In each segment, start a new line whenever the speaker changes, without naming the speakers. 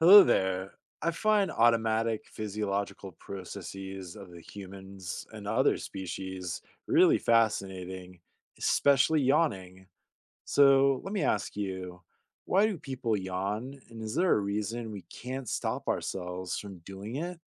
Hello there. I find automatic physiological processes of the humans and other species really fascinating, especially yawning. So let me ask you, why do people yawn? And is there a reason we can't stop ourselves from doing it?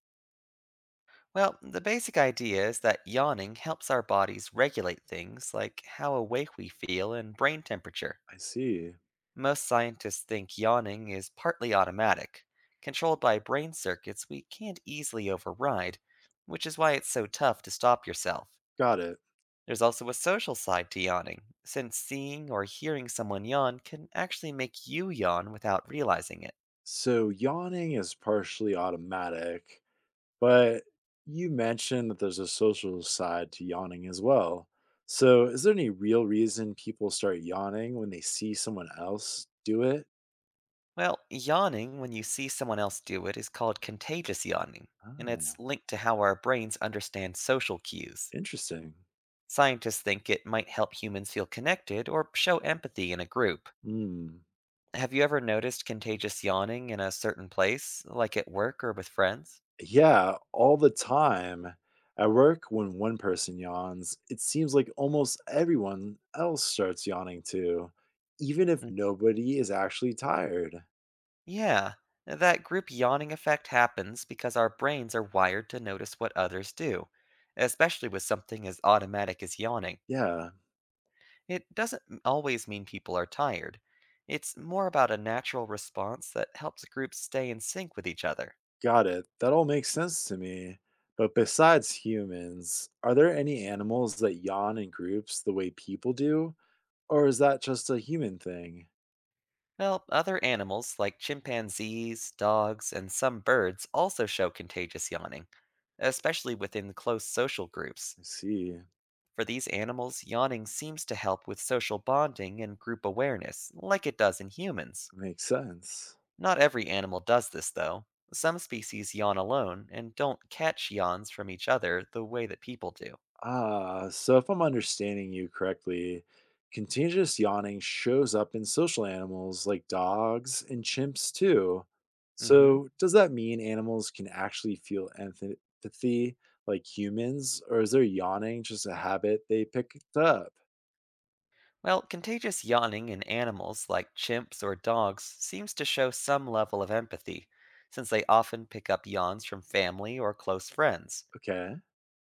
Well, the basic idea is that yawning helps our bodies regulate things like how awake we feel and brain temperature.
I see.
Most scientists think yawning is partly automatic, controlled by brain circuits we can't easily override, which is why it's so tough to stop yourself.
Got it.
There's also a social side to yawning, since seeing or hearing someone yawn can actually make you yawn without realizing it.
So yawning is partially automatic, but you mentioned that there's a social side to yawning as well. So, is there any real reason people start yawning when they see someone else do it?
Well, yawning when you see someone else do it is called contagious yawning, and it's
Oh,
linked to how our brains understand social cues.
interesting.
Scientists think it might help humans feel connected or show empathy in a group.
Hmm.
Have you ever noticed contagious yawning in a certain place, like at work or with friends?
Yeah, all the time. At work, when one person yawns, it seems like almost everyone else starts yawning too, even if
Mm,
nobody is actually tired.
yeah, that group yawning effect happens because our brains are wired to notice what others do, especially with something as automatic as yawning.
Yeah.
It doesn't always mean people are tired. It's more about a natural response that helps groups stay in sync with each other.
Got it. That all makes sense to me. But besides humans, are there any animals that yawn in groups the way people do? Or is that just a human thing?
Well, other animals like chimpanzees, dogs, and some birds also show contagious yawning, especially within close social groups.
I see.
For these animals, yawning seems to help with social bonding and group awareness, like it does in humans.
Makes sense.
Not every animal does this, though. Some species yawn alone and don't catch yawns from each other the way that people do.
Ah, so if I'm understanding you correctly, contagious yawning shows up in social animals like dogs and chimps too.
Mm hmm.
So does that mean animals can actually feel empathy like humans, or is their yawning just a habit they picked up?
Well, contagious yawning in animals like chimps or dogs seems to show some level of empathy, since they often pick up yawns from family or close friends.
Okay.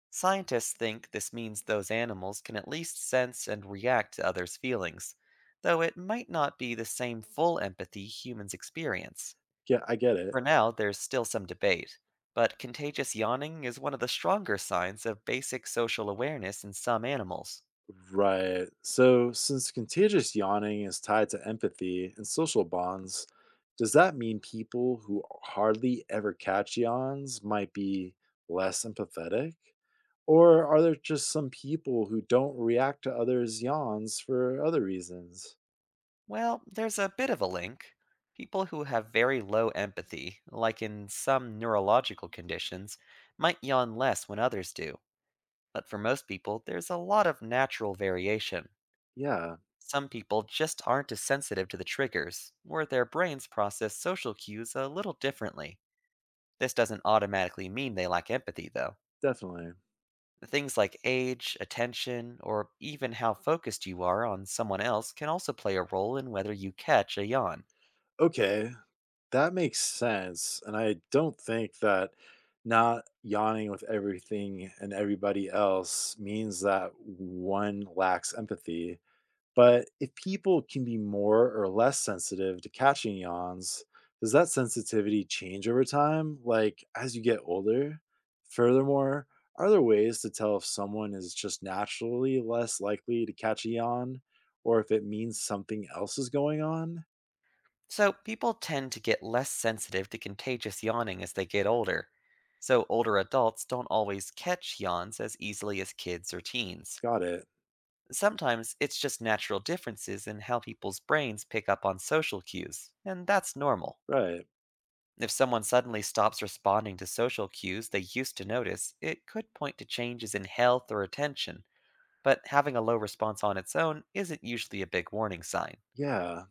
Scientists think this means those animals can at least sense and react to others' feelings, though it might not be the same full empathy humans experience.
Yeah, I get it.
For now, there's still some debate, but contagious yawning is one of the stronger signs of basic social awareness in some animals.
Right. So, since contagious yawning is tied to empathy and social bonds, does that mean people who hardly ever catch yawns might be less empathetic? Or are there just some people who don't react to others' yawns for other reasons?
Well, there's a bit of a link. People who have very low empathy, like in some neurological conditions, might yawn less when others do. But for most people, there's a lot of natural variation.
Yeah,
Some people just aren't as sensitive to the triggers, or their brains process social cues a little differently. This doesn't automatically mean they lack empathy, though.
definitely.
Things like age, attention, or even how focused you are on someone else can also play a role in whether you catch a yawn.
Okay, that makes sense, and I don't think that not yawning with everything and everybody else means that one lacks empathy. But if people can be more or less sensitive to catching yawns, does that sensitivity change over time, like as you get older? Furthermore, are there ways to tell if someone is just naturally less likely to catch a yawn or if it means something else is going on?
So, people tend to get less sensitive to contagious yawning as they get older, so older adults don't always catch yawns as easily as kids or teens.
Got it.
Sometimes it's just natural differences in how people's brains pick up on social cues, and that's normal.
Right.
If someone suddenly stops responding to social cues they used to notice, it could point to changes in health or attention, but having a low response on its own isn't usually a big warning sign.
Yeah.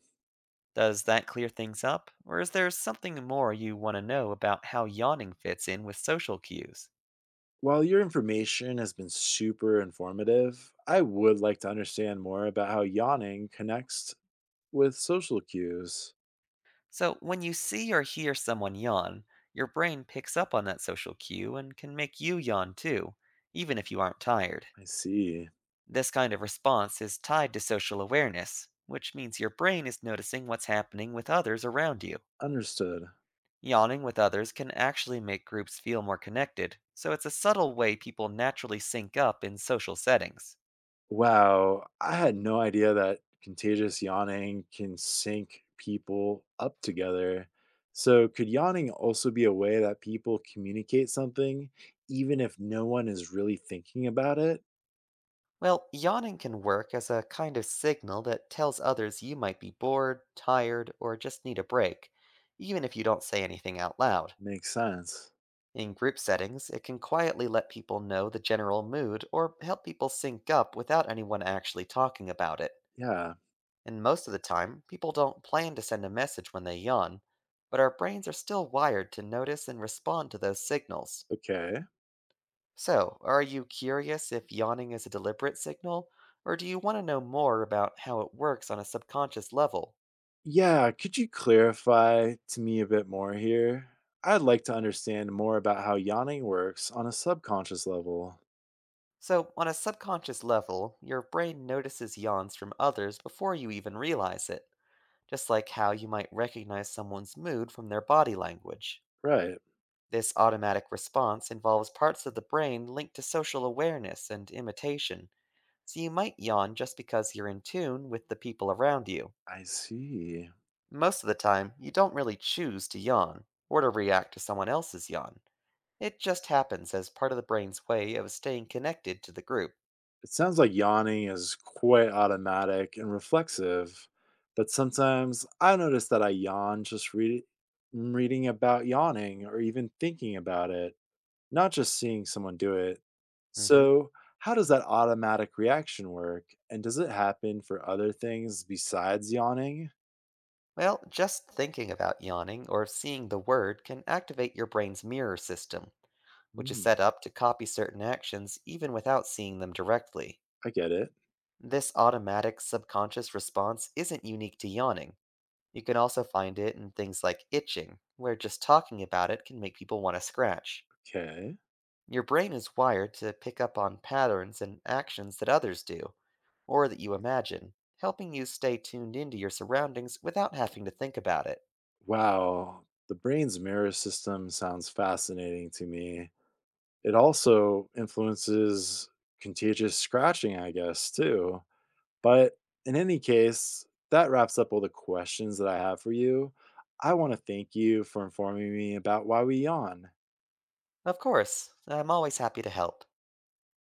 Does that clear things up, or is there something more you want to know about how yawning fits in with social cues?
While your information has been super informative, I would like to understand more about how yawning connects with social cues.
So, when you see or hear someone yawn, your brain picks up on that social cue and can make you yawn too, even if you aren't tired.
I see.
This kind of response is tied to social awareness, which means your brain is noticing what's happening with others around you.
Understood.
Yawning with others can actually make groups feel more connected, so it's a subtle way people naturally sync up in social settings.
Wow, I had no idea that contagious yawning can sync people up together. So, could yawning also be a way that people communicate something, even if no one is really thinking about it?
Well, yawning can work as a kind of signal that tells others you might be bored, tired, or just need a break, even if you don't say anything out loud.
Makes sense.
In group settings, it can quietly let people know the general mood or help people sync up without anyone actually talking about it.
Yeah.
And most of the time, people don't plan to send a message when they yawn, but our brains are still wired to notice and respond to those signals.
Okay.
So, are you curious if yawning is a deliberate signal, or do you want to know more about how it works on a subconscious level?
Yeah, could you clarify to me a bit more here? I'd like to understand more about how yawning works on a subconscious level.
So, on a subconscious level, your brain notices yawns from others before you even realize it, just like how you might recognize someone's mood from their body language.
Right,
This automatic response involves parts of the brain linked to social awareness and imitation, so you might yawn just because you're in tune with the people around you.
I see.
Most of the time, you don't really choose to yawn or to react to someone else's yawn. It just happens as part of the brain's way of staying connected to the group.
It sounds like yawning is quite automatic and reflexive, but sometimes I notice that I yawn just reading about yawning or even thinking about it, not just seeing someone do it.
hmm
So, how does that automatic reaction work? And does it happen for other things besides yawning?
Well, just thinking about yawning or seeing the word can activate your brain's mirror system, which is
Mm,
set up to copy certain actions even without seeing them directly.
I get it.
This automatic subconscious response isn't unique to yawning. You can also find it in things like itching, where just talking about it can make people want to scratch.
Okay.
Your brain is wired to pick up on patterns and actions that others do, or that you imagine, helping you stay tuned into your surroundings without having to think about it.
Wow. The brain's mirror system sounds fascinating to me. It also influences contagious scratching, I guess, too. But in any case, that wraps up all the questions that I have for you. I want to thank you for informing me about why we yawn.
Of course, I'm always happy to help.